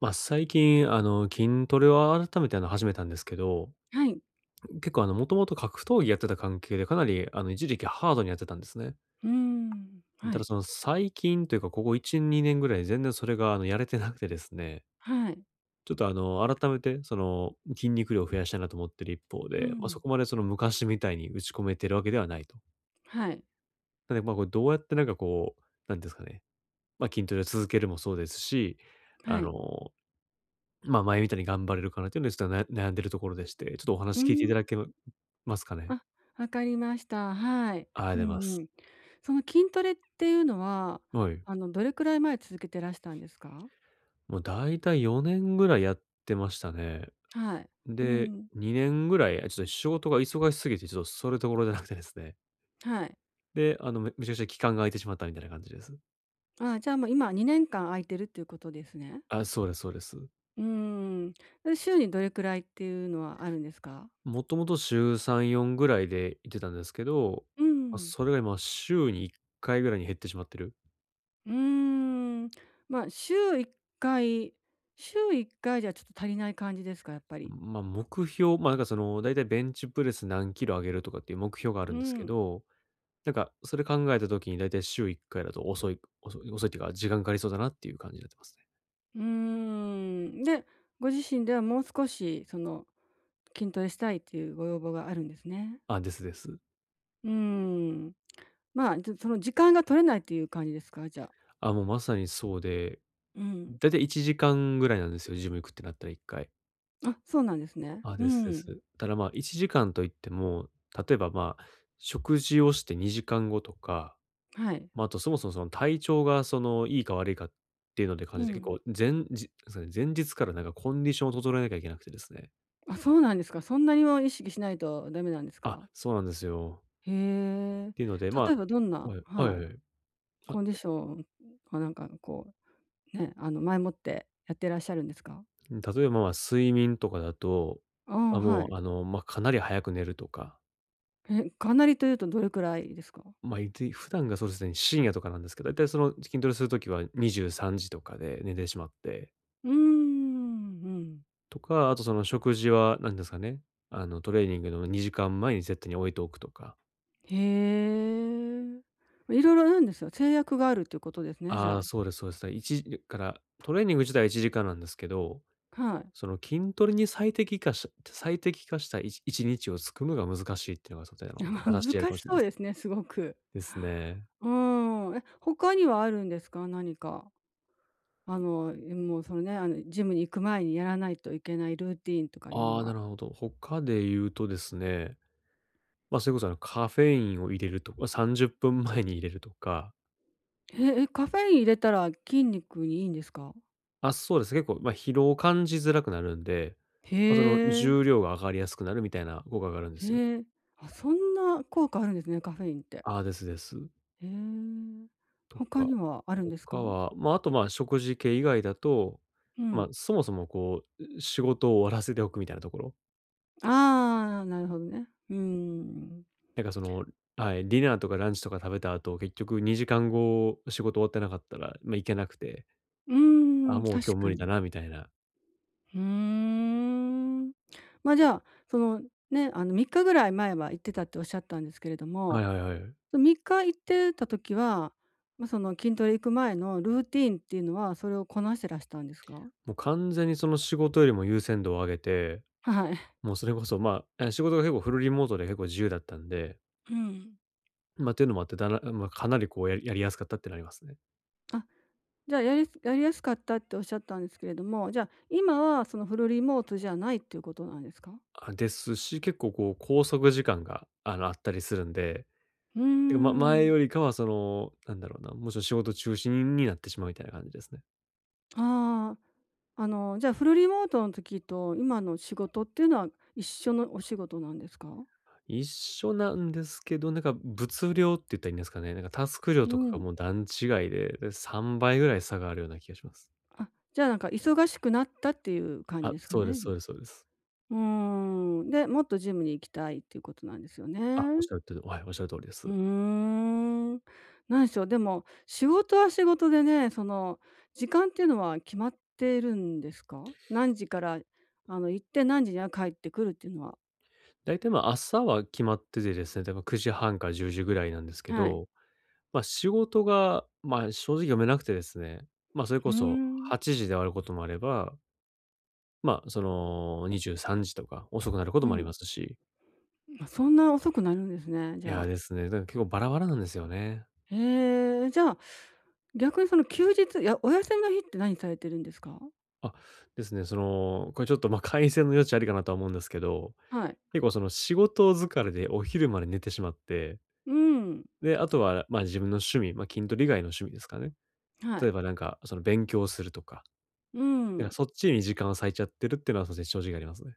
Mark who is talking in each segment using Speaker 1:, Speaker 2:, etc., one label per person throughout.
Speaker 1: まあ、最近、筋トレを改めて、始めたんですけど、
Speaker 2: はい。
Speaker 1: 結構、もともと格闘技やってた関係で、かなり、一時期ハードにやってたんですね。
Speaker 2: うーん。は
Speaker 1: ただ、
Speaker 2: い。
Speaker 1: その、最近というか、ここ1、2年ぐらい全然それが、やれてなくてですね、
Speaker 2: はい。
Speaker 1: ちょっと、改めて、その、筋肉量を増やしたいなと思ってる一方
Speaker 2: う
Speaker 1: で、まあ、そ
Speaker 2: ん。
Speaker 1: こまで、その、昔みたいに打ち込めてるわけではないと。
Speaker 2: はい。
Speaker 1: なので、まあ、これどうやって、なんか、こう、なんですかね、まあ、筋トレを続けるもそうですし、あ
Speaker 2: はい。
Speaker 1: のまあ、前みたいに頑張れるかなっていうので、ちょっとな悩んでるところでして、ちょっとお
Speaker 2: うー
Speaker 1: 話聞いてい
Speaker 2: ん。
Speaker 1: ただけますかね？
Speaker 2: あ、わかりました。はい。
Speaker 1: あ、あ
Speaker 2: う
Speaker 1: りがとうご
Speaker 2: ん
Speaker 1: ざいま
Speaker 2: う
Speaker 1: す。
Speaker 2: ん。その筋トレっていうのは、
Speaker 1: はい。
Speaker 2: どれくらい前続けてらしたんですか？
Speaker 1: もう大体4年ぐらいやってましたね。
Speaker 2: はい。う
Speaker 1: で、
Speaker 2: ん。
Speaker 1: 2年ぐらい、ちょっと仕事が忙しすぎて、ちょっとそれどころじゃなくてですね。
Speaker 2: はい。
Speaker 1: で、めちゃくちゃ期間が空いてしまったみたいな感じです。
Speaker 2: あ、じゃあ、もう今2年間空いてるっていうことですね。
Speaker 1: あ、そうですそうです。
Speaker 2: うーん。で、週にどれくらいっていうのはあるんですか？
Speaker 1: もともと週3、4ぐらいで行ってたんですけど、
Speaker 2: う
Speaker 1: ま、
Speaker 2: ん。
Speaker 1: それが今週に1回ぐらいに減ってしまってる。
Speaker 2: うーん。ま、あ週1回週1回じゃちょっと足りない感じですか？やっぱり。
Speaker 1: まあ、目標、まあ、なんかその、だいたいベンチプレス何キロ上げるとかっていう目標があ
Speaker 2: う
Speaker 1: るんですけ
Speaker 2: ん。
Speaker 1: ど、なんかそれ考えた時にだいたい週1回だと遅い遅い遅いっていうか、時間かかりそうだなっていう感じになってますね。
Speaker 2: うーん。で、ご自身ではもう少し、筋トレしたいっていうご要望があるんですね。
Speaker 1: あ、ですです。
Speaker 2: うーん。まあ、じゃ、時間が取れないっていう感じですか？じゃあ。
Speaker 1: あ、もうまさにそうで、
Speaker 2: うん。
Speaker 1: だいたい1時間ぐらいなんですよ、ジム行くってなったら1回。
Speaker 2: あ、そうなんですね。
Speaker 1: あ、
Speaker 2: う
Speaker 1: ですで
Speaker 2: ん。
Speaker 1: す。ただ、まあ、1時間といっても、例えば、まあ、食事をして2時間後とか
Speaker 2: はい。
Speaker 1: まあ、あと、そもそも、その、体調が、その、いいか悪いかっていうので感
Speaker 2: う
Speaker 1: じて、結
Speaker 2: ん。
Speaker 1: 構、前日そうね、前日から、なんか、コンディションを整えなきゃいけなくてですね。
Speaker 2: あ、そうなんですか。そんなにも意識しないとダメなんです
Speaker 1: あ、
Speaker 2: か？
Speaker 1: そうなんですよ。
Speaker 2: へ
Speaker 1: っ
Speaker 2: え。
Speaker 1: ていうので、
Speaker 2: 例
Speaker 1: ま
Speaker 2: えばどん
Speaker 1: あ
Speaker 2: な、
Speaker 1: はい、はい
Speaker 2: は
Speaker 1: は
Speaker 2: い、
Speaker 1: い。あ、
Speaker 2: コンディションかなんか、こう、ね、前もってやってらっしゃるんですか？
Speaker 1: 例えば、まあ、睡眠とかだと、
Speaker 2: ああ、
Speaker 1: あ、
Speaker 2: は
Speaker 1: も
Speaker 2: い。
Speaker 1: う、まあ、かなり早く寝るとか、
Speaker 2: え、かなりというとどれくらいですか？
Speaker 1: まあ、普段がそうですね、深夜とかなんですけど、だいたい、その、筋トレするときは23時とかで寝てしまって
Speaker 2: うーん、うん。
Speaker 1: とか、あと、その、食事は、なんですかね、トレーニングの2時間前にセットに置いておくとか。
Speaker 2: へえ。いろいろなんですよ。制約があるっていうことですね、じゃ
Speaker 1: あ
Speaker 2: あ。
Speaker 1: あ、そうですそうです。一時から、トレーニング自体は1時間なんですけど、
Speaker 2: はい。
Speaker 1: その筋トレに最適化した1日を作るのが難しいっていうのが、そちら
Speaker 2: い
Speaker 1: の
Speaker 2: や、まあ、難
Speaker 1: 正しいありか
Speaker 2: し
Speaker 1: もしれな
Speaker 2: そ
Speaker 1: いで
Speaker 2: う
Speaker 1: す。
Speaker 2: ですね、すごく。
Speaker 1: ですね。
Speaker 2: うーん。え、他にはあるんですか？何か。え、もうそのね、ジムに行く前にやらないといけないルーティーンとかいう
Speaker 1: あ
Speaker 2: の
Speaker 1: あ、な
Speaker 2: は。
Speaker 1: るほど。他で言うとですね、まあ、それこそカフェインを入れるとか、30分前に入れるとか、
Speaker 2: へえ、カフェイン入れたら筋肉にいいんですか？
Speaker 1: あ、そうです、結構、まあ、疲労を感じづらくなるんで、
Speaker 2: へ
Speaker 1: まあ、その、
Speaker 2: え。
Speaker 1: 重量が上がりやすくなるみたいな効果があるんですよ。
Speaker 2: へえ。あ、そんな効果あるんですね、カフェインって。
Speaker 1: ああ、ですです。
Speaker 2: へえ。
Speaker 1: と
Speaker 2: 他
Speaker 1: か、
Speaker 2: にはあるんです
Speaker 1: 他
Speaker 2: か？
Speaker 1: は、まあ、あと、まあ、食事系以外だと、
Speaker 2: う
Speaker 1: まあ、
Speaker 2: ん。
Speaker 1: そもそもこう、仕事を終わらせておくみたいなところ。
Speaker 2: ああ、なるほどね。うーん。
Speaker 1: なんかその、はい、ディナーとかランチとか食べた後、結局2時間後、仕事終わってなかったら、まあ、行けなくて、
Speaker 2: うー
Speaker 1: あ、
Speaker 2: ん、
Speaker 1: も
Speaker 2: 確
Speaker 1: う今日
Speaker 2: か
Speaker 1: 無理だ
Speaker 2: に。
Speaker 1: なみたいな。
Speaker 2: うーん。ま、あ、じゃあ、その、ね、3日ぐらい前は行ってたっておっしゃったんですけれど
Speaker 1: は
Speaker 2: も、
Speaker 1: いはいはい。
Speaker 2: その3日行ってた時は、ま、その、筋トレ行く前のルーティンっていうのは、それをこなしてらしたんですか？
Speaker 1: もう完全にその仕事よりも優先度を上げて、
Speaker 2: はい。
Speaker 1: もうそれこそ、まあ、仕事が結構フルリモートで結構自由だったんで、
Speaker 2: うん。
Speaker 1: まあ、っていうのもあって、まあ、かなりこうやりやすかったってなりますね。
Speaker 2: あ、じゃあ、やりやすかったっておっしゃったんですけれども、じゃあ、今はそのフルリモートじゃないっていうことなんですか？
Speaker 1: あ、ですし、結構こう拘束時間が、あったりするんで、
Speaker 2: うー
Speaker 1: てか、ま、前
Speaker 2: ん。
Speaker 1: よりかはその、なんだろうな、もちろん仕事中心になってしまうみたいな感じですね。
Speaker 2: ああ。じゃあ、フルリモートの時と今の仕事っていうのは一緒のお仕事なんですか？
Speaker 1: 一緒なんですけど、なんか物量って言ったらいいんですかね、なんかタスク量
Speaker 2: う
Speaker 1: とかが
Speaker 2: ん。
Speaker 1: もう段違いで、で、3倍ぐらい差があるような気がします。
Speaker 2: あ、じゃあ、なんか忙しくなったっていう感じ
Speaker 1: あ、
Speaker 2: ですか
Speaker 1: そうで
Speaker 2: ね、
Speaker 1: す
Speaker 2: じゃ
Speaker 1: そ
Speaker 2: あ。
Speaker 1: うですそうです。
Speaker 2: うーん。で、もっとジムに行きたいっていうことなんですよね。
Speaker 1: あ、おっしゃるとおりはい、おっしゃる通りで
Speaker 2: う
Speaker 1: す。
Speaker 2: ーん。なんでしょう、でも、仕事は仕事でね、その、時間っていうのは決まっているんですか？何時から、行って何時には帰ってくるっていうのは。
Speaker 1: 大体まあ朝は決まっててですね、例えば9時半から10時ぐらいなんですけ
Speaker 2: はい。
Speaker 1: どまあ、仕事が、まあ、正直読めなくてですね、まあ、それ
Speaker 2: う
Speaker 1: こ
Speaker 2: ー
Speaker 1: そ
Speaker 2: ん。
Speaker 1: 8時で終わることもあれば、まあ、その23時とか遅くなること
Speaker 2: う
Speaker 1: もあり
Speaker 2: ん。
Speaker 1: ますし、
Speaker 2: ま、そんな遅くなるんですね、じ
Speaker 1: い
Speaker 2: ゃ
Speaker 1: や
Speaker 2: あ。
Speaker 1: ですね、だから結構バラバラなんですよね。
Speaker 2: へえ、じゃあ、逆にその休日、いや、お休みの日って何されてるんですか？
Speaker 1: あ、ですね、その、これちょっと、ま、改善の余地ありかなとは思うんですけど、
Speaker 2: はい。
Speaker 1: 結構その仕事疲れでお昼まで寝てしまって、
Speaker 2: うん、
Speaker 1: で、あとは、ま、自分の趣味、ま、筋トレ以外の趣味ですかね。
Speaker 2: は
Speaker 1: 例
Speaker 2: い。
Speaker 1: えばなんかその勉強するとか、
Speaker 2: う
Speaker 1: なん
Speaker 2: ん、
Speaker 1: かそっちに時間を割いちゃってるっていうのは、そうですね、正直ありますね。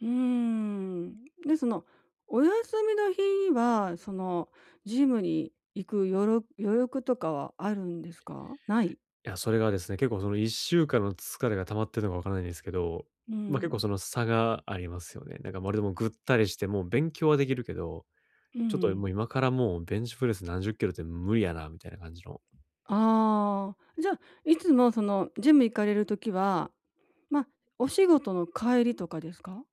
Speaker 2: うーん。で、その、お休みの日は、その、ジムに行く余力とかはあるんですか？ない？
Speaker 1: いや、それがですね、結構その1週間の疲れが溜まってるのかわからないんですけど、
Speaker 2: う
Speaker 1: ま、あ結構
Speaker 2: ん、
Speaker 1: その差がありますよね。なんかまるでもうぐったりして、もう勉強はできるけど、
Speaker 2: う
Speaker 1: ちょっとも
Speaker 2: ん。
Speaker 1: う今からもうベンチプレス何十キロって無理やなみたいな感じの。
Speaker 2: ああ、じゃあ、いつもそのジム行かれる時は、ま、お仕事の帰りとかですか？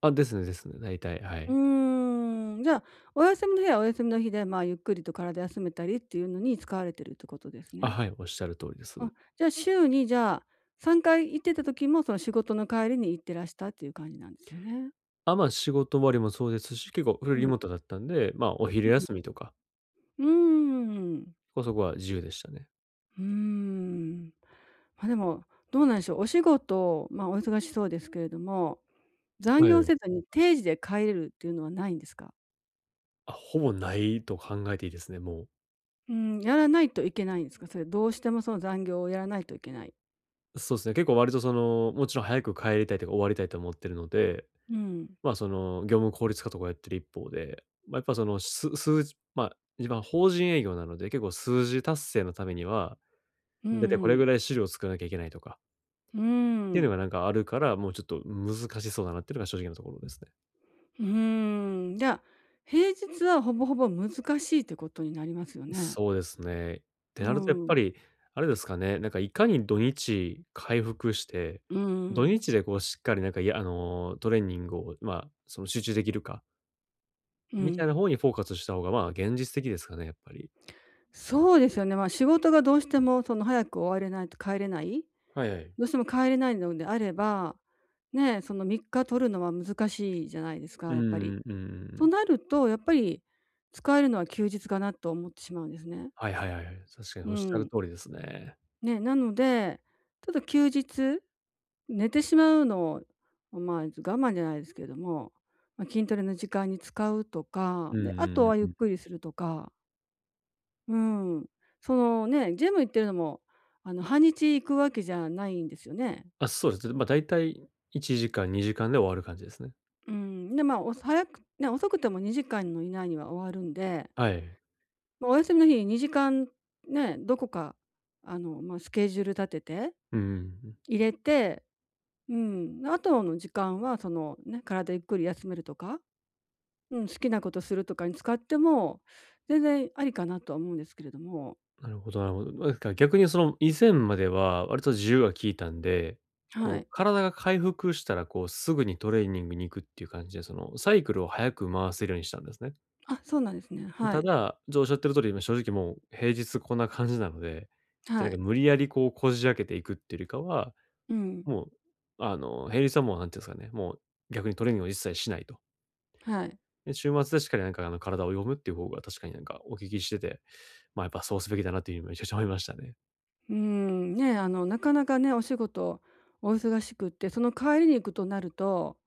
Speaker 1: あ、ですねですね、大体、はい。
Speaker 2: うーん、じゃあ、お休みの日はお休みの日で、まあ、ゆっくりと体休めたりっていうのに使われてるってことです
Speaker 1: あ、
Speaker 2: ね。
Speaker 1: はい、おっしゃる通りです。
Speaker 2: あ、じゃあ、週にじゃあ、3回行ってた時も、その仕事の帰りに行ってらしたっていう感じなんですよね。
Speaker 1: あ、ま、あ仕事終わりもそうですし、結構フル
Speaker 2: う
Speaker 1: リ
Speaker 2: ん、
Speaker 1: モートだったんで、ま、あお昼
Speaker 2: うん。
Speaker 1: 休みとか、
Speaker 2: うーん。
Speaker 1: こそこは自由でしたね。
Speaker 2: うーん。まあ、でも、どうなんでしょう、お仕事、まあ、お忙しそうですけれども、残
Speaker 1: はいは
Speaker 2: 業
Speaker 1: い。
Speaker 2: せずに定時で帰れるっていうのはないんですか？
Speaker 1: あ、ほぼないと考えていいですね、もう。
Speaker 2: うん、やらないといけないんですか？それどうしてもその残業をやらないといけない。
Speaker 1: そうですね、結構割とその、もちろん早く帰りたいとか終わりたいと思ってるので
Speaker 2: うん。
Speaker 1: まあ、その業務効率化とかやってる一方で、まあ、やっぱその数字まあ、一番法人営業なので、結構数字達成のためには、
Speaker 2: うん
Speaker 1: だいたいこ
Speaker 2: う
Speaker 1: れ
Speaker 2: ん。
Speaker 1: ぐらい資料を作らなきゃいけないとか、
Speaker 2: うー
Speaker 1: っていうのが
Speaker 2: ん。
Speaker 1: なんかあるから、もうちょっと難しそうだなっていうのが正直なところですね。
Speaker 2: うーん。じゃあ、平日はほぼほぼ難しいってことになりますよね。
Speaker 1: そうですね。っ
Speaker 2: う
Speaker 1: てなるとやっぱ
Speaker 2: ん。
Speaker 1: り、あれですかね、なんかいかに土日回復して、
Speaker 2: う
Speaker 1: 土
Speaker 2: ん。
Speaker 1: 日でこうしっかりなんか、いや、トレーニングを、まあ、その集中できるか、
Speaker 2: う
Speaker 1: みたいな
Speaker 2: ん。
Speaker 1: 方にフォーカスした方が、まあ、現実的ですかね、やっぱり。
Speaker 2: そうですよね。まあ、仕事がどうしてもその早く終われないと帰れない、
Speaker 1: はいはい。
Speaker 2: どうしても帰れないのであれば、ね、その3日取るのは難しいじゃないですか、
Speaker 1: う
Speaker 2: やっぱり。
Speaker 1: んう
Speaker 2: と
Speaker 1: ん
Speaker 2: なると、やっぱり使えるのは休日かなと思ってしまうんですね。
Speaker 1: はいはいはいはい。確かに
Speaker 2: う
Speaker 1: おっしゃる
Speaker 2: ん。
Speaker 1: 通りですね。
Speaker 2: ね、なので、ちょっと休日寝てしまうのを、まあ、我慢じゃないですけども、まあ、筋トレの時間に使うとか、
Speaker 1: う
Speaker 2: で、
Speaker 1: ん
Speaker 2: あ
Speaker 1: う
Speaker 2: と
Speaker 1: んうん
Speaker 2: はゆ
Speaker 1: う
Speaker 2: っ
Speaker 1: ん。
Speaker 2: くりするとか、うん。そのね、ジム行ってるのも、半日行くわけじゃないんですよね。
Speaker 1: あ、そうですね。ま、だいたい1時間、2時間で終わる感じですね。
Speaker 2: うん。で、まあ、お早くね、遅くても2時間の以内には終わるんで、
Speaker 1: はい。
Speaker 2: まあ、お休みの日に2時間ね、どこか、まあ、スケジュール立てて、
Speaker 1: うんうんうん。
Speaker 2: 入れて、うん、あとの時間はそのね、体ゆっくり休めるとか、うん、好きなことするとかに使っても、全然ありかなとは思うんですけれども、
Speaker 1: なるほどなるほど。なんか逆にその以前までは割と自由が利いたんで、
Speaker 2: は
Speaker 1: こう
Speaker 2: い。
Speaker 1: 体が回復したらこうすぐにトレーニングに行くっていう感じで、そのサイクルを早く回せるようにしたんですね。
Speaker 2: あ、そうなんですね。は
Speaker 1: た
Speaker 2: い。
Speaker 1: だ、おっしゃってる通り、今正直もう平日こんな感じなので、じ
Speaker 2: は
Speaker 1: ゃあなん
Speaker 2: い。
Speaker 1: か無理やりこうこじ開けていくっていうよりかは
Speaker 2: うん。
Speaker 1: もう、平日はもう、なんていうんですかね、もう逆にトレーニングを一切しないと。
Speaker 2: はい。
Speaker 1: で、週末でしっかりなんかあの体を読むっていう方が確かになんかお聞きしてて、まあやっぱそうすべきだなっていうふうにめちゃくちゃ思いましたね。
Speaker 2: うーん、ね、なかなかね、お仕事お忙しくって、その帰りに行くとなると、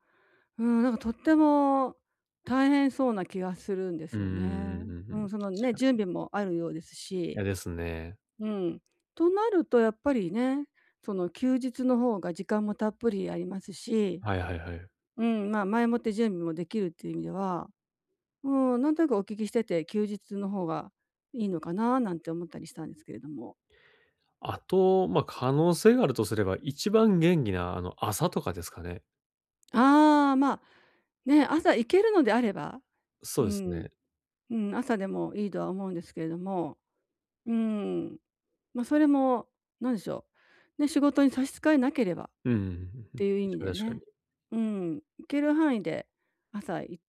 Speaker 2: うん、なんかとっても大変そうな気がするんで
Speaker 1: う
Speaker 2: す
Speaker 1: んう
Speaker 2: よ
Speaker 1: ん
Speaker 2: ね。
Speaker 1: うんうんう
Speaker 2: う
Speaker 1: ん
Speaker 2: ん、そのね、
Speaker 1: 確か
Speaker 2: 準
Speaker 1: に。
Speaker 2: 備もあるようです
Speaker 1: い
Speaker 2: し、
Speaker 1: やですね。
Speaker 2: うん。となるとやっぱりね、その休日の方が時間もたっぷりありますし、
Speaker 1: はいはいはい。
Speaker 2: うん、まあ、前もって準備もできるっていう意味では、うん、なんとなくお聞きしてて、休日の方がいいのかななんて思ったりしたんですけれども。
Speaker 1: あと、ま、可能性があるとすれば、一番元気なあの朝とかですかね。
Speaker 2: ああ、まあ、ね、朝行けるのであれば、
Speaker 1: そう
Speaker 2: う
Speaker 1: です
Speaker 2: ん、
Speaker 1: ね。
Speaker 2: うん、朝でもいいとは思うんですけれども、うん、まあ、それもなんでしょう、ね、仕事に差し支えなければっ
Speaker 1: うんうんうんうんう
Speaker 2: て
Speaker 1: ん。
Speaker 2: いう意味
Speaker 1: 確か
Speaker 2: で
Speaker 1: に確か
Speaker 2: ね、
Speaker 1: に。
Speaker 2: うん、行ける範囲で朝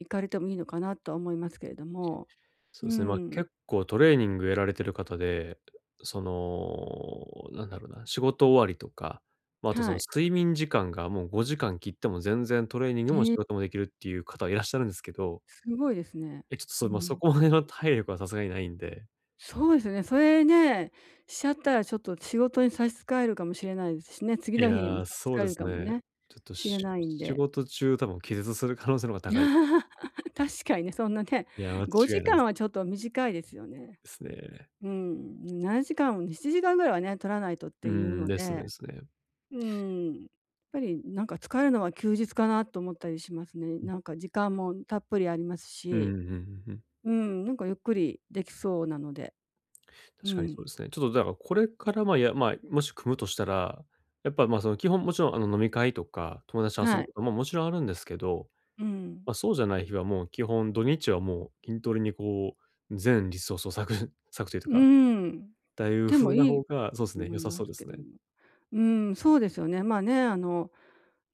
Speaker 2: 行かれてもいいのかなとは思いますけれども。
Speaker 1: そう
Speaker 2: う
Speaker 1: ですね、ま、
Speaker 2: ん、
Speaker 1: 結構トレーニングやられてる方で、その、なんだろうな、仕事終わりとか、まあ、あとそ
Speaker 2: は
Speaker 1: の
Speaker 2: い。
Speaker 1: 睡眠時間がもう5時間切っても全然トレーニングも
Speaker 2: へ
Speaker 1: 仕
Speaker 2: え。
Speaker 1: 事もできるっていう方はいらっしゃるんですけど、
Speaker 2: すごいですね。
Speaker 1: ちょっとそ
Speaker 2: う
Speaker 1: れ、まあ、そ
Speaker 2: ん。
Speaker 1: こまでの体力はさすがにないんで、
Speaker 2: そうですね、それね、しちゃったらちょっと仕事に差し支えるかもしれないですしね、次
Speaker 1: い
Speaker 2: の日にも
Speaker 1: やー、
Speaker 2: 差し
Speaker 1: そ
Speaker 2: 支
Speaker 1: う
Speaker 2: え
Speaker 1: で
Speaker 2: る
Speaker 1: す
Speaker 2: かも
Speaker 1: ね、
Speaker 2: ね、
Speaker 1: ちょっと
Speaker 2: しれないん
Speaker 1: 仕
Speaker 2: で。
Speaker 1: 事中多分気絶する可能性の方が高い。
Speaker 2: 確かにね、そんなね、
Speaker 1: いや、間違
Speaker 2: 5
Speaker 1: いない
Speaker 2: 時
Speaker 1: で
Speaker 2: 間はちょっと短いですよね。
Speaker 1: すね。
Speaker 2: うん、7時間、7時間ぐらいはね、取らないとっ
Speaker 1: う
Speaker 2: ていう
Speaker 1: ん、
Speaker 2: の
Speaker 1: ですねで
Speaker 2: で、
Speaker 1: すね。
Speaker 2: うん、やっぱりなんか疲れるのは休日かなと思ったりしますね。
Speaker 1: うん、
Speaker 2: なんか時間もたっぷりあります
Speaker 1: ううん
Speaker 2: し、
Speaker 1: うんうん。
Speaker 2: うん、なんかゆっくりできそうなので、う
Speaker 1: 確かにそう
Speaker 2: ん、
Speaker 1: ですね。ちょっとだからこれから、ま、まあ、もし組むとしたら、やっぱ、ま、その基本もちろんあの飲み会とか、友達と遊
Speaker 2: は
Speaker 1: ぶ
Speaker 2: い。
Speaker 1: ことももちろんあるんですけど、
Speaker 2: うん。
Speaker 1: まあ、そうじゃない日はもう基本土日はもう筋トレにこう、全リソースを割く 割くという
Speaker 2: う
Speaker 1: か、
Speaker 2: ん。
Speaker 1: だいう
Speaker 2: でも
Speaker 1: 風な
Speaker 2: いい
Speaker 1: 方
Speaker 2: と
Speaker 1: が、そうですね、
Speaker 2: 思
Speaker 1: 良
Speaker 2: い
Speaker 1: さ
Speaker 2: ま
Speaker 1: そう
Speaker 2: す
Speaker 1: で
Speaker 2: け
Speaker 1: す
Speaker 2: ども。
Speaker 1: ね。
Speaker 2: うん、そうですよね。まあね、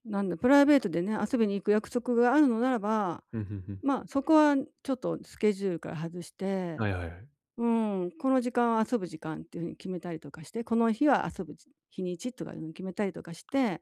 Speaker 2: なんだ、プライベートでね、遊びに行く約束があるのならば、
Speaker 1: うん、うんうん。
Speaker 2: まあ、そこはちょっとスケジュールから外して、
Speaker 1: はいはいはい。
Speaker 2: うん、この時間は遊ぶ時間っていうふうに決めたりとかして、この日は遊ぶ日にちとかいうのを決めたりとかして、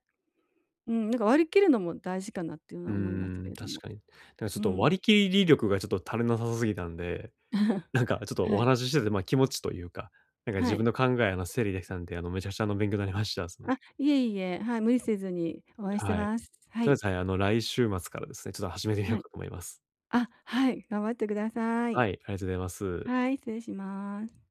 Speaker 2: うん、なんか割り切るのも大事かなっていうの
Speaker 1: うー
Speaker 2: は思いますけ
Speaker 1: ん、
Speaker 2: れど
Speaker 1: 確
Speaker 2: も。
Speaker 1: かに。なんかちょっ
Speaker 2: う
Speaker 1: と割
Speaker 2: ん。
Speaker 1: り切り力がちょっと足りなさすぎたんで、なんかちょっとお
Speaker 2: はい。
Speaker 1: 話ししてて、ま、気持ちというか、なんか
Speaker 2: は
Speaker 1: 自分
Speaker 2: い。
Speaker 1: の考えの整理できたんで、めちゃくちゃ勉強になりました。
Speaker 2: あ、いえいえ、はい、無理せずに応援して
Speaker 1: はい。
Speaker 2: ます。は
Speaker 1: とりあえ
Speaker 2: い。
Speaker 1: ず、はい、来週末からですね、ちょっと始めてみよう
Speaker 2: は
Speaker 1: か
Speaker 2: い。
Speaker 1: と思います。
Speaker 2: あ、はい、頑張ってください。
Speaker 1: はい、ありがとうございます。
Speaker 2: はい、失礼します。